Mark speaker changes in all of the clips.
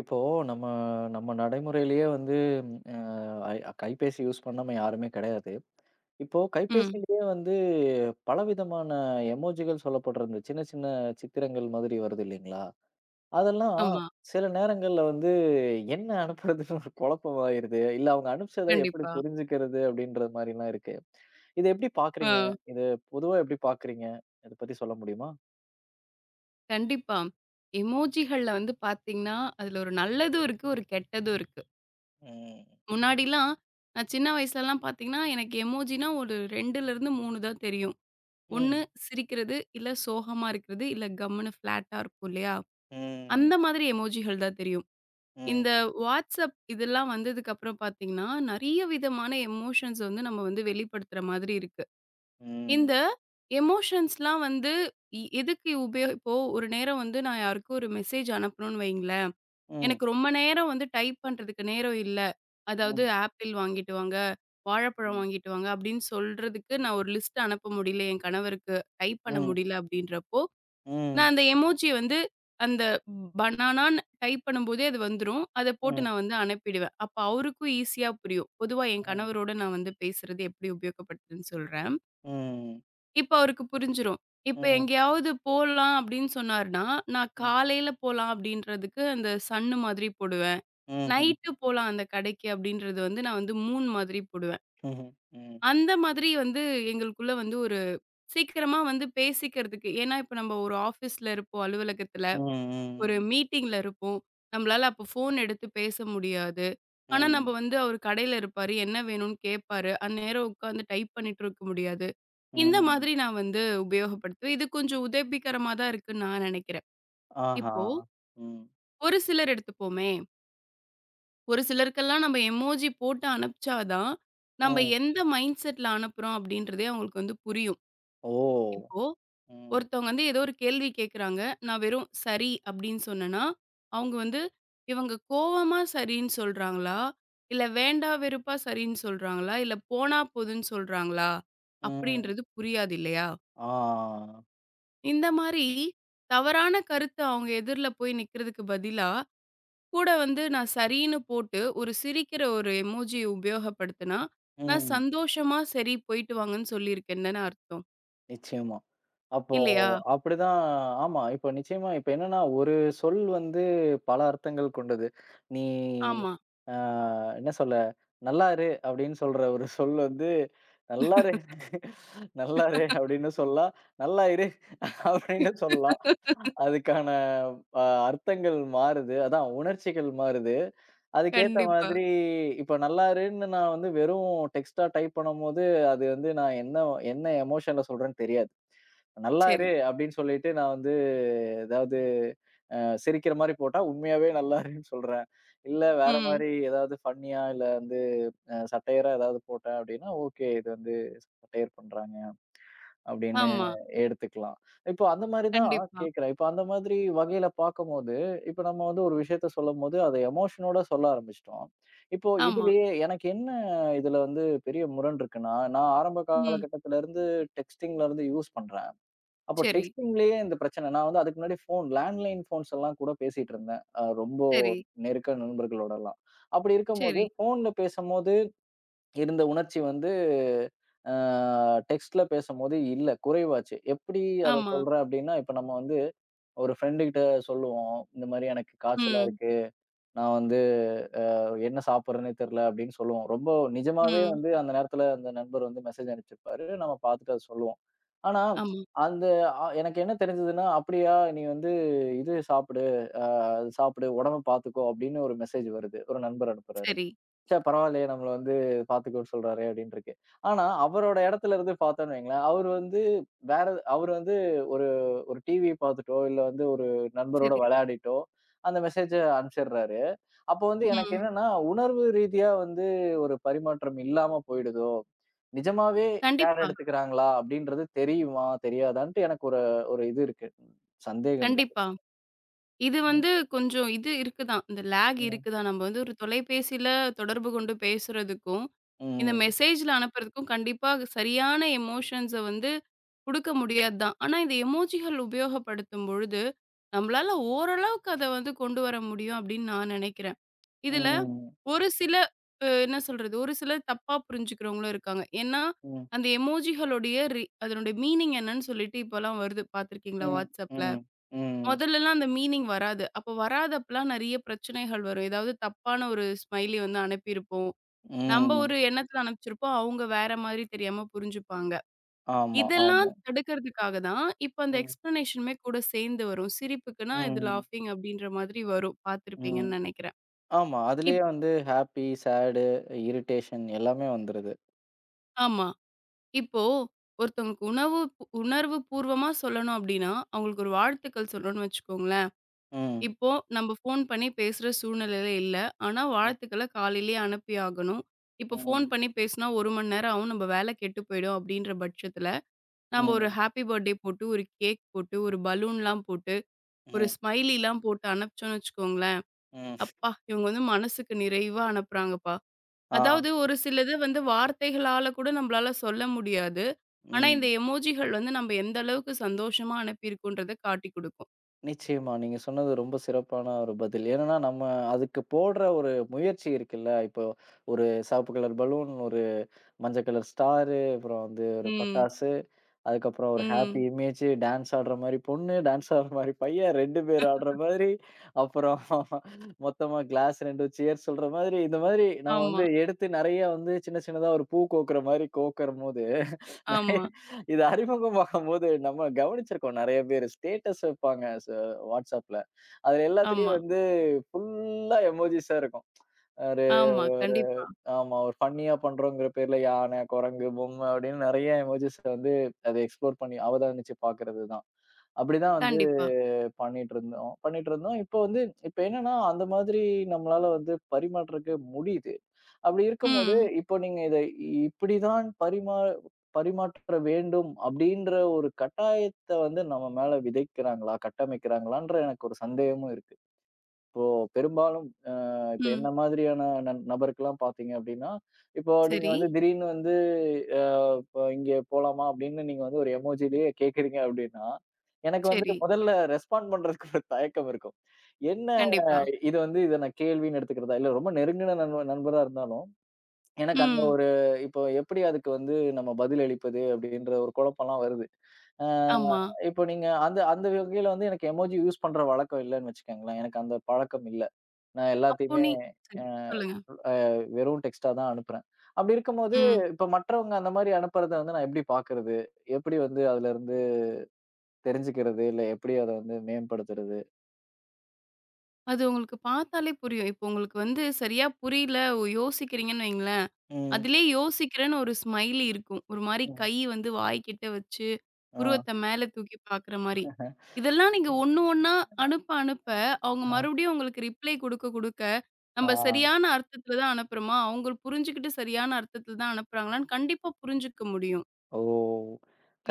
Speaker 1: இப்போ நம்ம நம்ம நடைமுறையிலேயே வந்து ஐ கைபேசி யூஸ் பண்ணாம யாருமே கிடையாது. இப்போ
Speaker 2: ம்.
Speaker 1: கைபேசியிலேயே வந்து பலவிதமான எமோஜிகள் சொல்லப்படுற இந்த சின்ன சின்ன சித்திரங்கள் மாதிரி வருது இல்லைங்களா? அதெல்லாம்
Speaker 2: ஆமா.
Speaker 1: சில நேரங்கள்ல வந்து என்ன அனுப்புறதுன்னு ஒரு குழப்பம் ஆயிருது. இல்ல அவங்க அனுப்பிச்சத எப்படி
Speaker 2: கண்டிப்பா.
Speaker 1: புரிஞ்சுக்கிறது அப்படின்ற மாரிலாம் இருக்கு. இத எப்படி
Speaker 2: ஆ.
Speaker 1: பார்க்குறீங்க? இது பொதுவா எப்படி பார்க்குறீங்க? இத பத்தி சொல்ல முடியுமா?
Speaker 2: கண்டிப்பா. எமோஜிகள்ல வந்து பார்த்தீங்கன்னா, அதுல ஒரு நல்லதும் இருக்கு, ஒரு கெட்டதும் இருக்கு.
Speaker 1: ம்.
Speaker 2: முன்னாடிலாம் நான் சின்ன வயசுலலாம் பார்த்தீங்கன்னா, எனக்கு எமோஜினா ஒரு 2லேருந்து 3 தான் தெரியும். ஒண்ணு
Speaker 1: ம்.
Speaker 2: சிரிக்கிறது, இல்ல சோகமா இருக்கிறது, இல்ல கம்முன்னு ஃப்ளாட்டா இருக்கும் இல்லையா?
Speaker 1: ம்.
Speaker 2: அந்த மாதிரி எமோஜிகள் தான் தெரியும். இந்த
Speaker 1: ம்.
Speaker 2: WhatsApp இதெல்லாம் வந்ததுக்கு அப்புறம் பார்த்தீங்கன்னா, நெறைய விதமான எமோஷன்ஸ் வந்து நம்ம வந்து வெளிப்படுத்துற மாதிரி இருக்கு.
Speaker 1: ம்.
Speaker 2: இந்த எமோஷன்ஸ்லாம் வந்து இ எதுக்கு உபயோ இப்போ ஒரு நேரம் வந்து நான் யாருக்கும் ஒரு மெசேஜ் அனுப்பணும்னு வைங்களேன்.
Speaker 1: ம்.
Speaker 2: எனக்கு ரொம்ப நேரம் வந்து டைப் பண்றதுக்கு நேரம் இல்ல. அதாவது
Speaker 1: ம்.
Speaker 2: ஆப்பிள் வாங்கிட்டு வாங்க, வாழைப்பழம்
Speaker 1: ம்.
Speaker 2: வாங்கிட்டு வாங்க அப்படின்னு சொல்றதுக்கு நான் ஒரு லிஸ்ட் அனுப்ப முடியல. என் கணவருக்கு டைப் பண்ண
Speaker 1: ம்,
Speaker 2: முடியல அப்படின்றப்போ,
Speaker 1: ம்,
Speaker 2: நான் அந்த எமோஜி வந்து அந்த பனானான்னு டைப் பண்ணும்போதே அது வந்துரும். அத போட்டு
Speaker 1: ம்,
Speaker 2: நான் வந்து அனுப்பிடுவேன். அப்ப அவருக்கும் ஈஸியா புரியும். பொதுவா என்
Speaker 1: ம்,
Speaker 2: கணவரோட நான் வந்து பேசுறது எப்படி உபயோகப்படுதுன்னு சொல்றேன்.
Speaker 1: ம்,
Speaker 2: இப்ப அவருக்கு புரிஞ்சிரும். இப்ப
Speaker 1: ம்,
Speaker 2: எங்கேயாவது போலாம் அப்படின்னு சொன்னாருன்னா, நான்
Speaker 1: ம்,
Speaker 2: காலையில போலாம் அப்படின்றதுக்கு அந்த சன்னு மாதிரி போடுவேன். நைட்டு
Speaker 1: ம்ஹ்ம்,
Speaker 2: போலாம் அந்த கடைக்கு அப்படின்றது வந்து நான் வந்து மூன் மாதிரி போடுவேன்.
Speaker 1: ம்ஹ்ம், ம்,
Speaker 2: அந்த மாதிரி வந்து எங்களுக்குள்ள வந்து ஒரு சீக்கிரமா வந்து பேசிக்கிறதுக்கு ஏன்னா இப்ப நம்ம ஒரு ஆஃபீஸ்ல இருப்போம், அலுவலகத்துல.
Speaker 1: ம்,
Speaker 2: ஒரு
Speaker 1: ம்,
Speaker 2: மீட்டிங்ல இருப்போம். நம்மளால அப்ப ஃபோன் எடுத்து பேச முடியாது. ஆனா, நம்ப
Speaker 1: ம்,
Speaker 2: வந்து அவரு கடையில இருப்பாரு. என்ன வேணும்னு கேட்பாரு. அந்நேரம் உட்காந்து டைப் பண்ணிட்டு இருக்க முடியாது. இந்த
Speaker 1: ம்,
Speaker 2: மாதிரி நான் வந்து உபயோகப்படுத்துவேன். இது கொஞ்சம் உதவிகரமா தான் இருக்குன்னு நான் நெனைக்கிறேன்.
Speaker 1: அஹா,
Speaker 2: இப்போ
Speaker 1: ம்,
Speaker 2: ஒரு சிலர் எடுத்துப்போமே, ஒரு சிலருக்கெல்லாம் நம்ம எமோஜி போட்டு அனுப்பிச்சா தான், நம்ம
Speaker 1: ம்,
Speaker 2: எந்த மைண்ட் செட்ல அனுப்புறோம் அப்படின்றதே அவங்களுக்கு வந்து புரியும்.
Speaker 1: ஓ,
Speaker 2: இப்போ
Speaker 1: ம்,
Speaker 2: ஒருத்தவங்க வந்து ஏதோ ஒரு கேள்வி கேட்குறாங்க. நான் வெறும் சரி அப்படின்னு சொன்னேன்னா, அவங்க வந்து இவங்க கோவமா சரின்னு சொல்றாங்களா? இல்ல வேண்டா வெறுப்பா சரின்னு சொல்றாங்களா? இல்ல போனா போதுன்னு சொல்றாங்களா?
Speaker 1: ம்,
Speaker 2: அப்படின்றது புரியாது இல்லையா?
Speaker 1: ஆ,
Speaker 2: இந்த மாரி தவறான கருத்து அவங்க எதிர்ல போய் நிக்கிறதுக்கு பதிலா, கூட வந்து நான் சரின்னு போட்டு ஒரு சிரிக்கிற ஒரு எமோஜி உபயோகப்படுத்தினா, நான்
Speaker 1: ம்,
Speaker 2: சந்தோஷமா சரி போயிட்டு வாங்கன்னு சொல்லியிருக்கேன் தானே அர்த்தம்.
Speaker 1: இச்செம் அப்போ
Speaker 2: இல்லையா?
Speaker 1: அப்படிதான் ஆமா. இப்போ நிச்சயமா இப்ப என்னன்னா, ஒரு சொல் வந்து பல அர்த்தங்கள் கொண்டது. நீ
Speaker 2: ஆமா.
Speaker 1: அ என்ன சொல்ல? "நல்லா இரு" அப்படின்னு சொல்ற ஒரு சொல் வந்து, "நல்லா இரு நல்லா இரு" அப்படின்னு சொல்லலாம். "நல்லா இரு" அப்படின்னு சொல்லலாம். அதுக்கான அ அர்த்தங்கள் மாறுது. அதான் உணர்ச்சிகள் மாறுது. அதுக்கேத்த
Speaker 2: கண்டிப்பா.
Speaker 1: மாதிரி இப்ப நல்லாருன்னு நான் வந்து வெறும் டெக்ஸ்ட்டா டைப் பண்ணும்போது, அது வந்து நான் என்ன என்ன எமோஷன்ல சொல்றேன்னு தெரியாது.
Speaker 2: சரி.
Speaker 1: "நல்லாரு" அப்படின்னு சொல்லிட்டு நான் வந்து ஏதாவது அ சிரிக்கிற மாரி போட்டா, உண்மையாவே நல்லாருன்னு சொல்றேன். இல்ல வேற
Speaker 2: ம்.
Speaker 1: மாரி ஏதாவது ஃபன்னியா இல்ல வந்து சட்டையரா ஏதாவது போட்டேன் அப்படின்னா, "ஓகே இது வந்து சட்டையர் பண்றாங்க." அப்படின்னு
Speaker 2: ஆமா.
Speaker 1: எடுத்துக்கலாம். இப்போ அந்த மாரி தான்
Speaker 2: கண்டிப்பா.
Speaker 1: கேட்கிறேன். இப்போ அந்த மாதிரி வகையில பார்க்கும்போது, இப்போ நம்ம வந்து ஒரு விஷயத்த சொல்லும்போது, அத எமோஷனோட சொல்ல ஆரம்பிச்சுட்டோம். இப்போ
Speaker 2: ஆமா.
Speaker 1: இதுலயே எனக்கு என்ன இதுல வந்து பெரிய முரண் இருக்குன்னா, நான் ஆரம்ப
Speaker 2: ம்.
Speaker 1: காலகட்டத்துல இருந்து டெக்ஸ்டிங்ல இருந்து யூஸ் பண்றேன். அப்போ
Speaker 2: சரி,
Speaker 1: டெக்ஸ்டிங்லேயே இந்த பிரச்சனை. நான் வந்து அதுக்கு முன்னாடி ஃபோன் லேண்ட்லைன் ஃபோன்ஸ் எல்லாம் கூட பேசிட்டு இருந்தேன். ரொம்ப
Speaker 2: சரி,
Speaker 1: நெருக்க நண்பர்களோடலாம். அப்படி இருக்கும்போது,
Speaker 2: சரி.
Speaker 1: ஃபோன்ல பேசும்போது இருந்த உணர்ச்சி வந்து அ டெக்ஸ்ட்ல பேசும்போது இல்ல, குறைவாச்சு. எப்படி அத
Speaker 2: ஆமா.
Speaker 1: சொல்றேன் அப்படின்னா, இப்ப நம்ம வந்து ஒரு ஃப்ரெண்டு கிட்ட சொல்லுவோம். இந்த மாரி எனக்கு காய்ச்சலா
Speaker 2: ம்,
Speaker 1: இருக்கு. நான் வந்து என்ன சாப்பிடுறேன்னே தெரியல அப்படின்னு சொல்லுவோம். ரொம்ப நிஜமாவே
Speaker 2: ம்.
Speaker 1: வந்து அந்த நேரத்துல அந்த நண்பர் வந்து மெசேஜ் அனுப்பிச்சிருப்பாரு. நம்ம பார்த்துட்டு அத சொல்லுவோம். ஆனா
Speaker 2: ஆமா.
Speaker 1: அந்த எனக்கு என்ன தெரிஞ்சதுன்னா, அப்படியா நீ வந்து இது சாப்பிடு, அ சாப்பிடு, உடம்ப பார்த்துக்கோ அப்படின்னு ஒரு மெசேஜ் வருது. ஒரு நண்பர் அனுப்புறாரு.
Speaker 2: சரி,
Speaker 1: ச்சே! பரவாயில்லையே நம்மள வந்து பார்த்துக்கோன்னு சொல்றாரே அப்படின்னு இருக்கு. ஆனா, அவரோட இடத்துல இருந்து பார்த்தோம்ன்னு வையுங்களேன், அவரு வந்து வேற அவரு வந்து ஒரு ஒரு டிவி பார்த்துட்டோ, இல்ல வந்து ஒரு நண்பரோட
Speaker 2: சரி.
Speaker 1: விளையாடிட்டோ, அந்த மெசேஜ அனுப்பிச்சிடுறாரு. அப்போ வந்து எனக்கு
Speaker 2: ம்.
Speaker 1: என்னன்னா, உணர்வு ரீதியா வந்து ஒரு பரிமாற்றம் இல்லாம போயிடுதோ, நிஜமாவே கேர்
Speaker 2: கண்டிப்பா,
Speaker 1: எடுத்துக்கிறாங்களா அப்படின்றது தெரியுமா, தெரியாதான்ட்டு எனக்கு ஒரு ஒரு இது இருக்கு. சந்தேகம் இருக்கு.
Speaker 2: கண்டிப்பா. இது
Speaker 1: ம்,
Speaker 2: வந்து கொஞ்சம் இது இருக்கு தான். இந்த லேக் இருக்கு தான். நம்ம வந்து ஒரு தொலைபேசியில தொடர்பு கொண்டு பேசுறதுக்கும், இந்த
Speaker 1: ம்,
Speaker 2: மெசேஜ்ல அனுப்புறதுக்கும் கண்டிப்பா சரியான எமோஷன்ஸ வந்து குடுக்க முடியாது தான். ஆனா, இந்த எமோஜிகள் உபயோகப்படுத்தும் பொழுது, நம்மளால ஓரளவுக்கு அத வந்து கொண்டு வர முடியும் அப்படின்னு நான் நெனைக்கிறேன்.
Speaker 1: ம்,
Speaker 2: இதுல
Speaker 1: ம்,
Speaker 2: ஒரு சில என்ன சொல்றது? ஒரு சிலர் தப்பா புரிஞ்சுக்கிறவங்களும் இருக்காங்க. ஏன்னா,
Speaker 1: ம்,
Speaker 2: அந்த எமோஜிகளுடைய அதனுடைய மீனிங் என்னன்னு சொல்லிட்டு இப்பலாம் வருது பார்த்துருக்கீங்களா
Speaker 1: ம்,
Speaker 2: WhatsAppல?
Speaker 1: ம், ம்,
Speaker 2: முதல்லலாம் அந்த மீனிங் வராது. அப்போ வராதப்பலாம் நெறைய பிரச்சனைகள் வரும். ஏதாவது தப்பான ஒரு ஸ்மைலி வந்து அனுப்பியிருப்போம். நம்ப
Speaker 1: ம்.
Speaker 2: ஒரு எண்ணத்துல அனுப்பிச்சிருப்போம். அவங்க வேற மாதிரி தெரியாம புரிஞ்சுப்பாங்க.
Speaker 1: ஆமா,
Speaker 2: இதெல்லாம்
Speaker 1: ஆமா.
Speaker 2: தடுக்கிறதுக்காக தான், இப்ப அந்த
Speaker 1: ம்,
Speaker 2: எக்ஸ்ப்ளனேஷனுமே கூட சேர்ந்து வரும். சிரிப்புக்குன்னா இது
Speaker 1: ம்,
Speaker 2: லாஃபிங் அப்படின்ற மாதிரி வரும்.
Speaker 1: ம்.
Speaker 2: பார்த்துருப்பீங்கன்னு நெனைக்கிறேன்.
Speaker 1: ஆமா. அதுலயே
Speaker 2: இப்
Speaker 1: வந்து ஹாப்பி, சேடு, இரிட்டேஷன் எல்லாமே வந்துருது.
Speaker 2: ஆமா. இப்போ ஒருத்தவங்களுக்கு உணர்வு பூர்வமா சொல்லணும் அப்படின்னா அவங்களுக்கு ஒரு வாழ்த்துக்கள் சொல்லணும்னு வச்சுக்கோங்களேன்.
Speaker 1: ம்,
Speaker 2: இப்போ நம்ம ஃபோன் பண்ணி பேசுற சூழ்நிலையில இல்ல. ஆனா
Speaker 1: ம்,
Speaker 2: வாழ்த்துக்களை காலையிலேயே அனுப்பி ஆகணும். இப்போ ஃபோன்
Speaker 1: ம்,
Speaker 2: பண்ணி பேசினா ஒரு மணி நேரம் ஆகும், நம்ம வேலை கெட்டு போயிடும் அப்படின்ற பட்சத்துல நம்ம ஒரு
Speaker 1: ம்,
Speaker 2: ஹாப்பி பர்த்டே போட்டு ஒரு கேக் போட்டு ஒரு பலூன்லாம் போட்டு ஒரு
Speaker 1: ம்,
Speaker 2: ஸ்மைலிலாம் போட்டு அனுப்பிச்சோம்னு வச்சுக்கோங்களேன்.
Speaker 1: ம்.
Speaker 2: அப்பா இவங்க வந்து மனசுக்கு நிறைவா அனுப்புறாங்கப்பா.
Speaker 1: ஆ,
Speaker 2: அதாவது ஒரு சிலது வந்து வார்த்தைகளால கூட நம்மளால சொல்ல முடியாது. ஆனா, இந்த
Speaker 1: ம்.
Speaker 2: எமோஜிகள் வந்து நம்ம எந்த அளவுக்கு சந்தோஷமா அனுப்பியிருக்கோன்றத காட்டிக் குடுக்கும்.
Speaker 1: நிச்சயமா. நீங்க சொன்னது ரொம்ப சிறப்பான ஒரு பதில். ஏன்னா, நம்ம அதுக்கு போடுற ஒரு முயற்சி இருக்குல்ல. இப்போ ஒரு சிவப்பு கலர் பலூன், ஒரு மஞ்ச கலர் ஸ்டாரு, அப்புறம் வந்து ஒரு
Speaker 2: ம்.
Speaker 1: பட்டாசு, அதுக்கப்புறம் ஒரு ஹாப்பி
Speaker 2: ம்.
Speaker 1: இமேஜ், டான்ஸ் ஆடுற மாரி பொண்ணு, டான்ஸ் ஆடுற மாரி பையன் 2 பேர் ஆடுற மாதிரி, அப்புறம் மொத்தமா கிளாஸ் 2 சியர் சொல்ற மாதிரி, இந்த மாதிரி நம்ம
Speaker 2: ஆமா,
Speaker 1: வந்து எடுத்து நெறைய வந்து சின்ன சின்னதா ஒரு பூ கோக்குற மாரி கோக்குறம்போது நிறைய
Speaker 2: ஆமா,
Speaker 1: இது அறிமுகமாகும்போது நம்ம கவனிச்சிருக்கோம் நெறைய பேரு. ஸ்டேட்டஸ் வைப்பாங்க WhatsAppல. அதுல
Speaker 2: ஆமா,
Speaker 1: எல்லாத்துலயும் வந்து ஃபுல்லா எமோஜிஸா இருக்கும். ஒரு
Speaker 2: ஆமா.
Speaker 1: ஒரு
Speaker 2: கண்டிப்பா,
Speaker 1: ஆமா. ஒரு ஃபன்னியா பண்றோங்கிற பேர்ல யானை, குரங்கு, பொம்மை அப்படின்னு நெறைய எமோஜிஸ வந்து அத எக்ஸ்ப்ளோர் பண்ணி அவதானிச்சு பார்க்கிறது தான். அப்படிதான் வந்து
Speaker 2: கண்டிப்பா.
Speaker 1: பண்ணிட்டு இருந்தோம் பண்ணிட்டு இருந்தோம். இப்போ வந்து இப்ப என்னன்னா அந்த மாதிரி நம்மளால வந்து பரிமாற்றக்கு முடியுது. அப்படி இருக்கும்போது,
Speaker 2: ம்,
Speaker 1: இப்போ நீங்க இதை இப்படிதான் பரிமாற்ற வேண்டும் அப்படின்ற ஒரு கட்டாயத்த வந்து நம்ம மேல விதைக்கிறாங்களா? கட்டமைக்கிறாங்களான்ற எனக்கு ஒரு சந்தேகமும் இருக்கு. இப்போ பெரும்பாலும் இப்ப
Speaker 2: ம்.
Speaker 1: என்ன மாதிரியான நபருக்கெல்லாம் பார்த்தீங்க அப்படின்னா, இப்போ நீங்க
Speaker 2: சரி,
Speaker 1: வந்து திடீர்னு வந்து அ இப்போ இங்கே போலாமா அப்படின்னு நீங்க வந்து ஒரு எமோஜிலயே கேட்கிறீங்க அப்படின்னா, எனக்கு வந்து
Speaker 2: சரி.
Speaker 1: முதல்ல ரெஸ்பாண்ட் பண்றதுக்கு ஒரு தயக்கம் இருக்கும். என்ன
Speaker 2: கண்டிப்பா.
Speaker 1: இது வந்து இத நான் கேள்வின்னு எடுத்துக்கிறதா? இல்ல ரொம்ப நெருங்கின நண்பரா இருந்தாலும் எனக்கு அந்த
Speaker 2: ம்.
Speaker 1: ஒரு இப்போ எப்படி அதுக்கு வந்து நம்ம பதில் அளிப்பது அப்படின்ற ஒரு குழப்பம்லாம் வருது. அ
Speaker 2: ஆமா.
Speaker 1: இப்போ நீங்க அந்த அந்த வகையில வந்து எனக்கு எமோஜி யூஸ் பண்ற வழக்கம் இல்லன்னு வச்சுக்கோங்களேன். எனக்கு அந்த பழக்கம் இல்ல. நான்
Speaker 2: அப்போ
Speaker 1: எல்லாத்தையுமே
Speaker 2: நீ சரி,
Speaker 1: அ
Speaker 2: சொல்லுங்க.
Speaker 1: அ வெறும் டெக்ஸ்ட்டா தான் அனுப்புறேன். அப்படி இருக்கும்போது
Speaker 2: ம்.
Speaker 1: இப்ப மற்றவங்க அந்த மாரி அனுப்புறத வந்து நான் எப்படி பார்க்கறது? எப்படி வந்து அதுலருந்து தெரிஞ்சுக்கிறது? இல்ல எப்படி அத வந்து மேம்படுத்துறது?
Speaker 2: அது உங்களுக்கு பார்த்தாலே புரியும். இப்போ உங்களுக்கு வந்து சரியா புரியல, ஒ யோசிக்கிறீங்கன்னு வைங்களேன்,
Speaker 1: ம்.
Speaker 2: அதிலயே யோசிக்கிறேன்னு ஒரு ஸ்மைலி இருக்கும். ஒரு மாரி
Speaker 1: ம்.
Speaker 2: கை வந்து வாய்க்கிட்ட வச்சு
Speaker 1: ஆ.
Speaker 2: உருவத்த மேல தூக்கி பாக்குற மாரி. இதெல்லாம் நீங்க ஒண்ணு ஒண்ணா அனுப்ப அனுப்ப, அவங்க
Speaker 1: ஆ.
Speaker 2: மறுபடியும் உங்களுக்கு ரிப்ளை குடுக்க குடுக்க,
Speaker 1: ஆ.
Speaker 2: நம்ம சரியான அர்த்தத்துல தான் அனுப்புறோமா? அவங்க புரிஞ்சுகிட்டு சரியான அர்த்தத்துல தான் அனுப்புறாங்களான்னு கண்டிப்பா புரிஞ்சுக்க முடியும்.
Speaker 1: ஓ!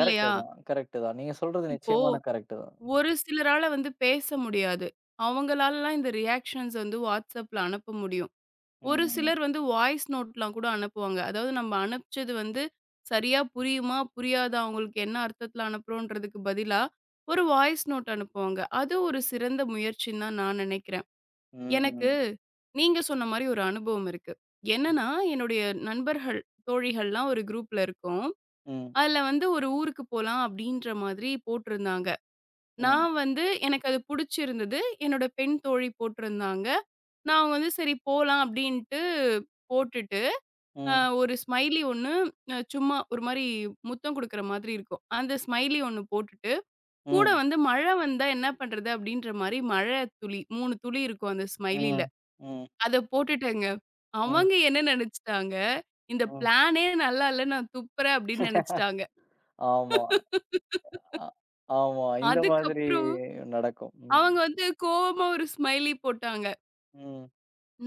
Speaker 2: இல்லையா?
Speaker 1: தான். கரெக்ட்டு தான். நீங்க சொல்றது
Speaker 2: இப்போ
Speaker 1: நிச்சயமான கரெக்ட்டு தான்.
Speaker 2: ஒரு சிலரால வந்து பேச முடியாது. அவங்களாலலாம் இந்த ரியாக்ஷன்ஸ் வந்து WhatsAppல அனுப்ப முடியும். ஒரு
Speaker 1: హ్మ్.
Speaker 2: சிலர் வந்து வாய்ஸ் நோட்லாம் கூட அனுப்புவாங்க. அதாவது நம்ம அனுப்பிச்சது வந்து சரியா புரியுமா? புரியாதா? அவங்களுக்கு என்ன அர்த்தத்தில அனுப்புறோன்றதுக்கு பதிலா, ஒரு வாய்ஸ் நோட் அனுப்புவாங்க. அது ஒரு சிறந்த முயற்சின்னு தான் நான் நினைக்கிறேன்.
Speaker 1: హ్మ్.
Speaker 2: எனக்கு நீங்க சொன்ன மாரி ஒரு அனுபவம் இருக்கு.
Speaker 1: హ్మ్.
Speaker 2: என்னன்னா, என்னுடைய நண்பர்கள், தோழிகள்லாம் ஒரு குரூப்ல இருக்கோம்.
Speaker 1: హ్మ్.
Speaker 2: அதில வந்து ஒரு ஊருக்கு போலாம் அப்படின்ற மாதிரி போட்டிருந்தாங்க.
Speaker 1: ம். ம்.
Speaker 2: நான் வந்து எனக்கு அது புடிச்சிருந்தது. என்னோட பெண் தோழி போட்டிருந்தாங்க. நான் அவங்க வந்து சரி போலாம் அப்படின்ட்டு போட்டுட்டு அ
Speaker 1: ம்.
Speaker 2: ஒரு ஸ்மைலி ஒண்ணு, சும்மா ஒரு மாரி முத்தம் குடுக்குற மாதிரி இருக்கும். அந்த ஸ்மைலி ஒண்ணு போட்டுட்டு, கூட வந்து மழை வந்தா என்ன பண்றது? அப்டின்ற மாரி மழை துளி 3 துளி இருக்கும் அந்த ஸ்மைலில.
Speaker 1: ம். ம்.
Speaker 2: அத போட்டுட்டேங்க.
Speaker 1: ம்.
Speaker 2: அவங்க என்ன நெனச்சுட்டாங்க, இந்த பிளானே நல்லா இல்ல நான் துப்புறேன் அப்டின்னு நெனச்சுட்டாங்க.
Speaker 1: ஆமா. அ ஆமா. இந்த மாதிரி
Speaker 2: அதுக்கப்புறம்
Speaker 1: நடக்கும். ம்.
Speaker 2: அவங்க வந்து கோவமா ஒரு ஸ்மைலி போட்டாங்க.
Speaker 1: ம்.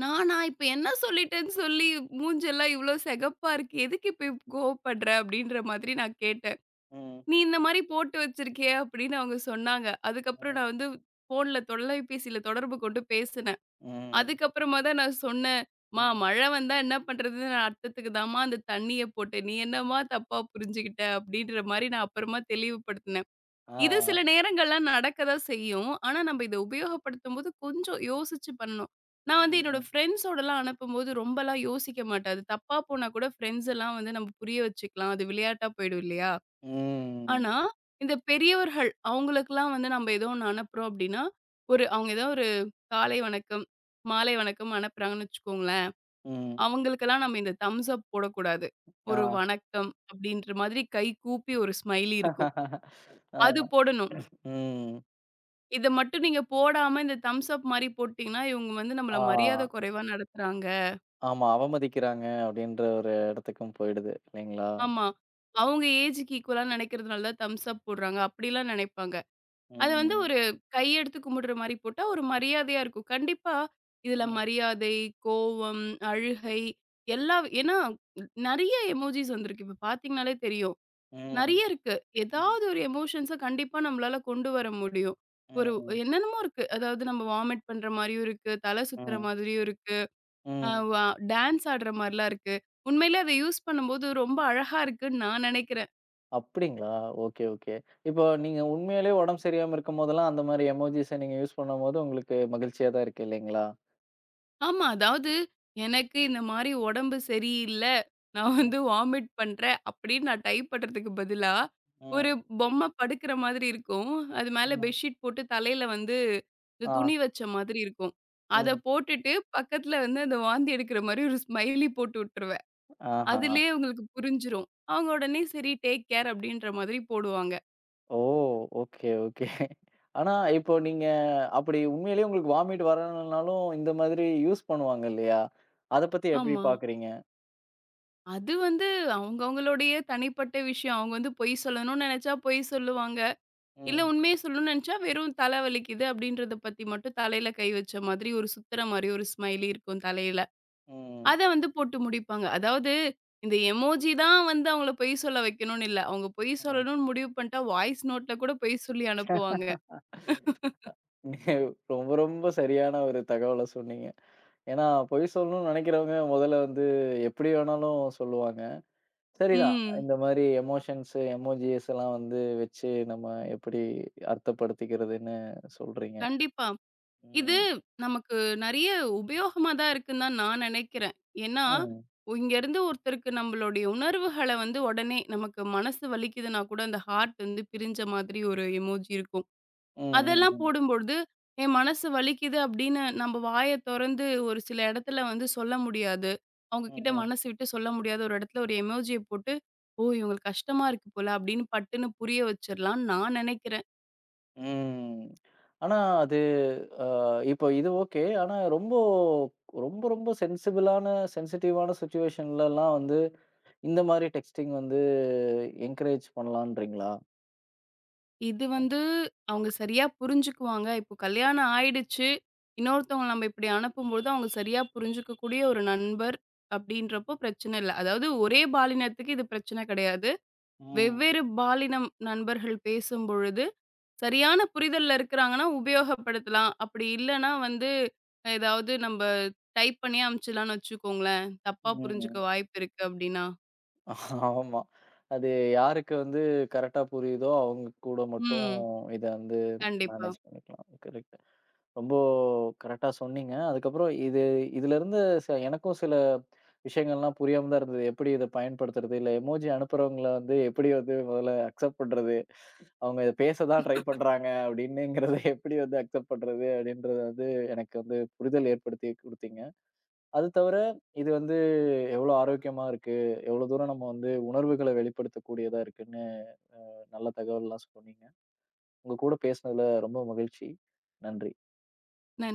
Speaker 2: நானா இப்ப என்ன சொல்லிட்டேன்னு சொல்லி மூஞ்செல்லாம் இவ்ளோ செகப்பா இருக்கு. எதுக்கு இப்ப கோவப்படுற? அப்டின்ற மாதிரி நான் கேட்டேன்.
Speaker 1: ம்.
Speaker 2: நீ இந்த மாரி போட்டு வச்சிருக்கியே அப்படின்னு அவங்க சொன்னாங்க. அதுக்கப்புறம்
Speaker 1: ம்.
Speaker 2: நான் வந்து ஃபோன்ல தொலைபேசியில தொடர்பு கொண்டு பேசினேன்.
Speaker 1: ம்.
Speaker 2: அதுக்கப்புறமா தான் நான் சொன்னேன், "ம்மா
Speaker 1: ம்.
Speaker 2: மழை வந்தா என்ன பண்றதுன்னு நான் அர்த்தத்துக்கு தாம்மா அந்த தண்ணிய போட்டேன். நீ என்னம்மா தப்பா புரிஞ்சுகிட்ட?" அப்படின்ற மாரி நான் அப்புறமா தெளிவுபடுத்தினேன். இது
Speaker 1: ஆ.
Speaker 2: சில நேரங்கள்லாம் நடக்க தான் செய்யும். ஆனா நம்ம இத உபயோகப்படுத்தும்போது கொஞ்சம் யோசிச்சு பண்ணணும். நான் வந்து என்னோட
Speaker 1: ம்.
Speaker 2: ஃப்ரெண்ட்ஸோடலாம் அனுப்பும்போது ரொம்பலாம் யோசிக்க மாட்டேன். அது தப்பா போனா கூட ஃப்ரெண்ட்ஸ் எல்லாம் வந்து நம்ம புரிய வச்சுக்கலாம். அது விளையாட்டா போயிடும் இல்லையா?
Speaker 1: ம்.
Speaker 2: ஆனா, இந்த பெரியவர்கள் அவங்களுக்கெல்லாம் வந்து நம்ம ஏதோ ஒண்ணு அனுப்புறோம் அப்படின்னா, ஒரு அவங்க ஏதோ ஒரு காலை வணக்கம், மாலை வணக்கம் அனுப்புறாங்கன்னு வச்சுக்கோங்களேன்.
Speaker 1: ம்.
Speaker 2: அவங்களுக்கெல்லாம் நம்ம இந்த தம்ஸ் அப் போடக்கூடாது.
Speaker 1: ஆ.
Speaker 2: ஒரு வணக்கம் அப்படின்ற மாதிரி கை கூப்பி ஒரு ஸ்மைலி இருக்கும். அது
Speaker 1: ஆ.
Speaker 2: போடணும்.
Speaker 1: ம்.
Speaker 2: இத மட்டும் நீங்க போடாம இந்த தம்ஸ் அப் மாரி போட்டீங்கன்னா, இவங்க வந்து
Speaker 1: ஆ.
Speaker 2: நம்மள மரியாதை குறைவா நடத்துறாங்க.
Speaker 1: ஆமா. அவமதிக்கிறாங்க அப்படின்ற ஒரு இடத்துக்கும் போயிடுது இல்லைங்களா?
Speaker 2: ஆமா. அவங்க ஏஜ்க்கு ஈக்குவலா நினைக்கிறதுனால தான் தம்ஸ் அப் போடுறாங்க. அப்படிலாம் நினைப்பாங்க. அத வந்து
Speaker 1: ம்.
Speaker 2: ஒரு கையெடுத்து கும்பிடுற மாரி போட்டா, ஒரு மரியாதையா இருக்கும். கண்டிப்பா இதுல
Speaker 1: ம்.
Speaker 2: மரியாதை, கோவம், அழுகை எல்லா ஏன்னா நெறைய எமோஜிஸ் வந்திருக்கு. இப்ப பார்த்தீங்கனாலே தெரியும்.
Speaker 1: ம்.
Speaker 2: நெறைய இருக்கு.
Speaker 1: ம்.
Speaker 2: ஏதாவது ஒரு எமோஷன்ஸ கண்டிப்பா நம்மளால கொண்டு வர முடியும். ஒரு
Speaker 1: ம்.
Speaker 2: என்னென்னமோ இருக்கு. அதாவது நம்ம வாமிட் பண்ற மாரியும் இருக்கு. தலை சுத்துற
Speaker 1: ம்.
Speaker 2: மாதிரியும் இருக்கு. அ
Speaker 1: ம்.
Speaker 2: வ டான்ஸ் ஆடுற மாரிலாம் இருக்கு. உண்மையிலே அத யூஸ் பண்ணும்போது ரொம்ப அழகா இருக்குன்னு நான் நெனைக்கிறேன்.
Speaker 1: அப்படிங்களா? Okay, okay. இப்போ நீங்க உண்மையிலேயே உடம்பு சரியில்லாம இருக்கும்போதெல்லாம், அந்த மாரி எமோஜிஸ நீங்க யூஸ் பண்ணும்போது, உங்களுக்கு மகிழ்ச்சியா தான் இருக்கு இல்லைங்களா?
Speaker 2: ஆமா. அதாவது எனக்கு இந்த மாரி உடம்பு சரியில்ல. நான்
Speaker 1: ம்,
Speaker 2: வந்து வாமிட் பண்றேன் அப்படின்னு நான் டைப் பண்றதுக்கு பதிலா, ஒரு
Speaker 1: ம்,
Speaker 2: பொம்மை படுக்கிற மாதிரி இருக்கும். அது மேல
Speaker 1: ம்.
Speaker 2: பெட்ஷீட் போட்டு தலையில வந்து இந்த
Speaker 1: ஆ,
Speaker 2: துணி வச்ச மாதிரி இருக்கும். அத
Speaker 1: ம்.
Speaker 2: போட்டுட்டு பக்கத்துல வந்து அந்த வாந்தி எடுக்கிற மாரி ஒரு ஸ்மைலி போட்டு விட்டுருவேன்.
Speaker 1: ஆஹா.
Speaker 2: அதிலேயே அவங்களுக்கு புரிஞ்சிரும். அவங்க உடனே சரி டேக் கேர் அப்படின்ற மாதிரி போடுவாங்க.
Speaker 1: ஓ! Okay, okay. ஆனா, இப்போ நீங்க அப்படி உண்மையிலேயே உங்களுக்கு வாமிட் வரலனாலும், இந்த மாதிரி யூஸ் பண்ணுவாங்க இல்லையா? அத பத்தி எப்படி
Speaker 2: ஆமா.
Speaker 1: பார்க்குறீங்க?
Speaker 2: அது வந்து அவங்கவங்களுடைய தனிப்பட்ட விஷயம். அவங்க வந்து பொய் சொல்லணும்னு நெனைச்சா பொய் சொல்லுவாங்க. இல்ல
Speaker 1: ம்,
Speaker 2: உண்மைய சொல்லணும்னு நெனச்சா, வெறும் தல வலிக்குது அப்டின்றத பத்தி மட்டும் தலையில கை வச்ச மாதிரி ஒரு சுத்துற மாரி ஒரு ஸ்மைலி இருக்கும் தலையில.
Speaker 1: ம்,
Speaker 2: அத வந்து போட்டு முடிப்பாங்க. அதாவது இந்த எமோஜி தான் வந்து அவங்கள பொய் சொல்ல வைக்கணும்னு இல்ல. அவங்க பொய்
Speaker 1: ம்.
Speaker 2: சொல்லணும்னு முடிவு பண்ணிட்டா, வாய்ஸ் நோட்ல கூட பொய் சொல்லி அனுப்புவாங்க.
Speaker 1: நீங்க ரொம்ப, ரொம்ப சரியான ஒரு தகவல சொன்னீங்க. ஏன்னா, பொய் சொல்லணும்னு நெனைக்கிறவங்க, முதல்ல வந்து எப்படி வேணாலும் சொல்லுவாங்க. சரிதான்.
Speaker 2: ம்.
Speaker 1: இந்த மாரி எமோஷன்ஸ், எமோஜிஸ் எல்லாம் வந்து வச்சு நம்ம எப்படி அர்த்தப்படுத்திக்கிறதுன்னு சொல்றீங்க.
Speaker 2: கண்டிப்பா. இது
Speaker 1: ம்.
Speaker 2: நமக்கு நெறைய உபயோகமா தான் இருக்குன்னு தான் நான் நெனைக்கிறேன். ஏன்னா,
Speaker 1: ம்.
Speaker 2: இங்கேருந்து ஒருத்தருக்கு நம்மளுடைய உணர்வுகள வந்து உடனே நமக்கு மனசு வலிக்குதுன்னா கூட அந்த ஹார்ட் வந்து பிரிஞ்ச மாதிரி ஒரு எமோஜி இருக்கும்.
Speaker 1: ம். ம்.
Speaker 2: அதெல்லாம்
Speaker 1: ம்.
Speaker 2: போடும்பொழுது, என் மனசு வலிக்குது அப்படின்னு நம்ம வாய தொறந்து ஒரு சில இடத்துல வந்து சொல்ல முடியாது. அவங்க
Speaker 1: ம்.
Speaker 2: கிட்ட
Speaker 1: ம்.
Speaker 2: மனசு விட்டு சொல்ல முடியாத ஒரு இடத்துல ஒரு எமோஜிய போட்டு, "ஓ! இவங்களுக்கு கஷ்டமா இருக்கு போல" அப்படின்னு பட்டுன்னு புரிய வச்சிரலாம்ன்னு நான் நெனைக்கிறேன்.
Speaker 1: ம். ஆனா அது அ இப்போ இது ஓகே. ஆனா ரொம்ப ரொம்ப ரொம்ப சென்சிபிளான சென்சிட்டிவான சிச்சுவேஷன்லலாம் வந்து இந்த மாரி டெக்ஸ்டிங் வந்து என்கரேஜ் பண்ணலான்றீங்களா?
Speaker 2: இது வந்து அவங்க சரியா புரிஞ்சுக்குவாங்க. இப்போ கல்யாணம் ஆயிடுச்சு. இன்னொருத்தவங்கள நம்ம இப்படி அனுப்பும்போது, அவங்க சரியா புரிஞ்சுக்கக்கூடிய ஒரு நண்பர் அப்படின்றப்போ பிரச்சனை இல்ல. அதாவது ஒரே பாலினத்துக்கு இது பிரச்சனை கிடையாது.
Speaker 1: ம்.
Speaker 2: வெவ்வேறு பாலினம் நண்பர்கள் பேசும்பொழுது சரியான புரிதல்ல இருக்கிறாங்கன்னா, உபயோகப்படுத்தலாம். அப்படி இல்லன்னா வந்து, ஏதாவது நம்ப டைப் பண்ணி அனுப்பிச்சிடலாம்னு வச்சுக்கோங்களேன். தப்பா புரிஞ்சுக்க
Speaker 1: ம்.
Speaker 2: வாய்ப்பு இருக்கு அப்படின்னா.
Speaker 1: ஆமா. அது யாருக்கு வந்து கரெக்ட்டா புரியுதோ, அவங்க கூட மட்டும்
Speaker 2: ம்.
Speaker 1: இத வந்து
Speaker 2: கண்டிப்பா.
Speaker 1: மேனேஜ் பண்ணிக்கலாம். கரெக்ட். ரொம்ப கரெக்ட்டா சொன்னீங்க. அதுக்கப்புறம் இது இதிலிருந்து எனக்கும் சில விஷயங்கள்லாம் புரியாம தான் இருந்தது. எப்படி இத பயன்படுத்துறது? இல்ல எமோஜி அனுப்புறவங்கள வந்து எப்படி வந்து முதல்ல அக்செப்ட் பண்றது? அவங்க இத பேச தான் ட்ரை பண்றாங்க அப்படின்னுங்கிறத எப்படி வந்து அக்செப்ட் பண்றது? அப்படின்றத வந்து எனக்கு வந்து புரிதல் ஏற்படுத்தி குடுத்தீங்க. அது தவிர இது வந்து எவ்வளோ ஆரோக்கியமா இருக்கு, எவ்வளோ தூரம் நம்ம வந்து உணர்வுகள வெளிப்படுத்தக்கூடியதா இருக்குன்னு நல்ல தகவல்லாம் சொன்னீங்க. உங்க கூட பேசினதுல ரொம்ப மகிழ்ச்சி. நன்றி.
Speaker 2: நன்றி.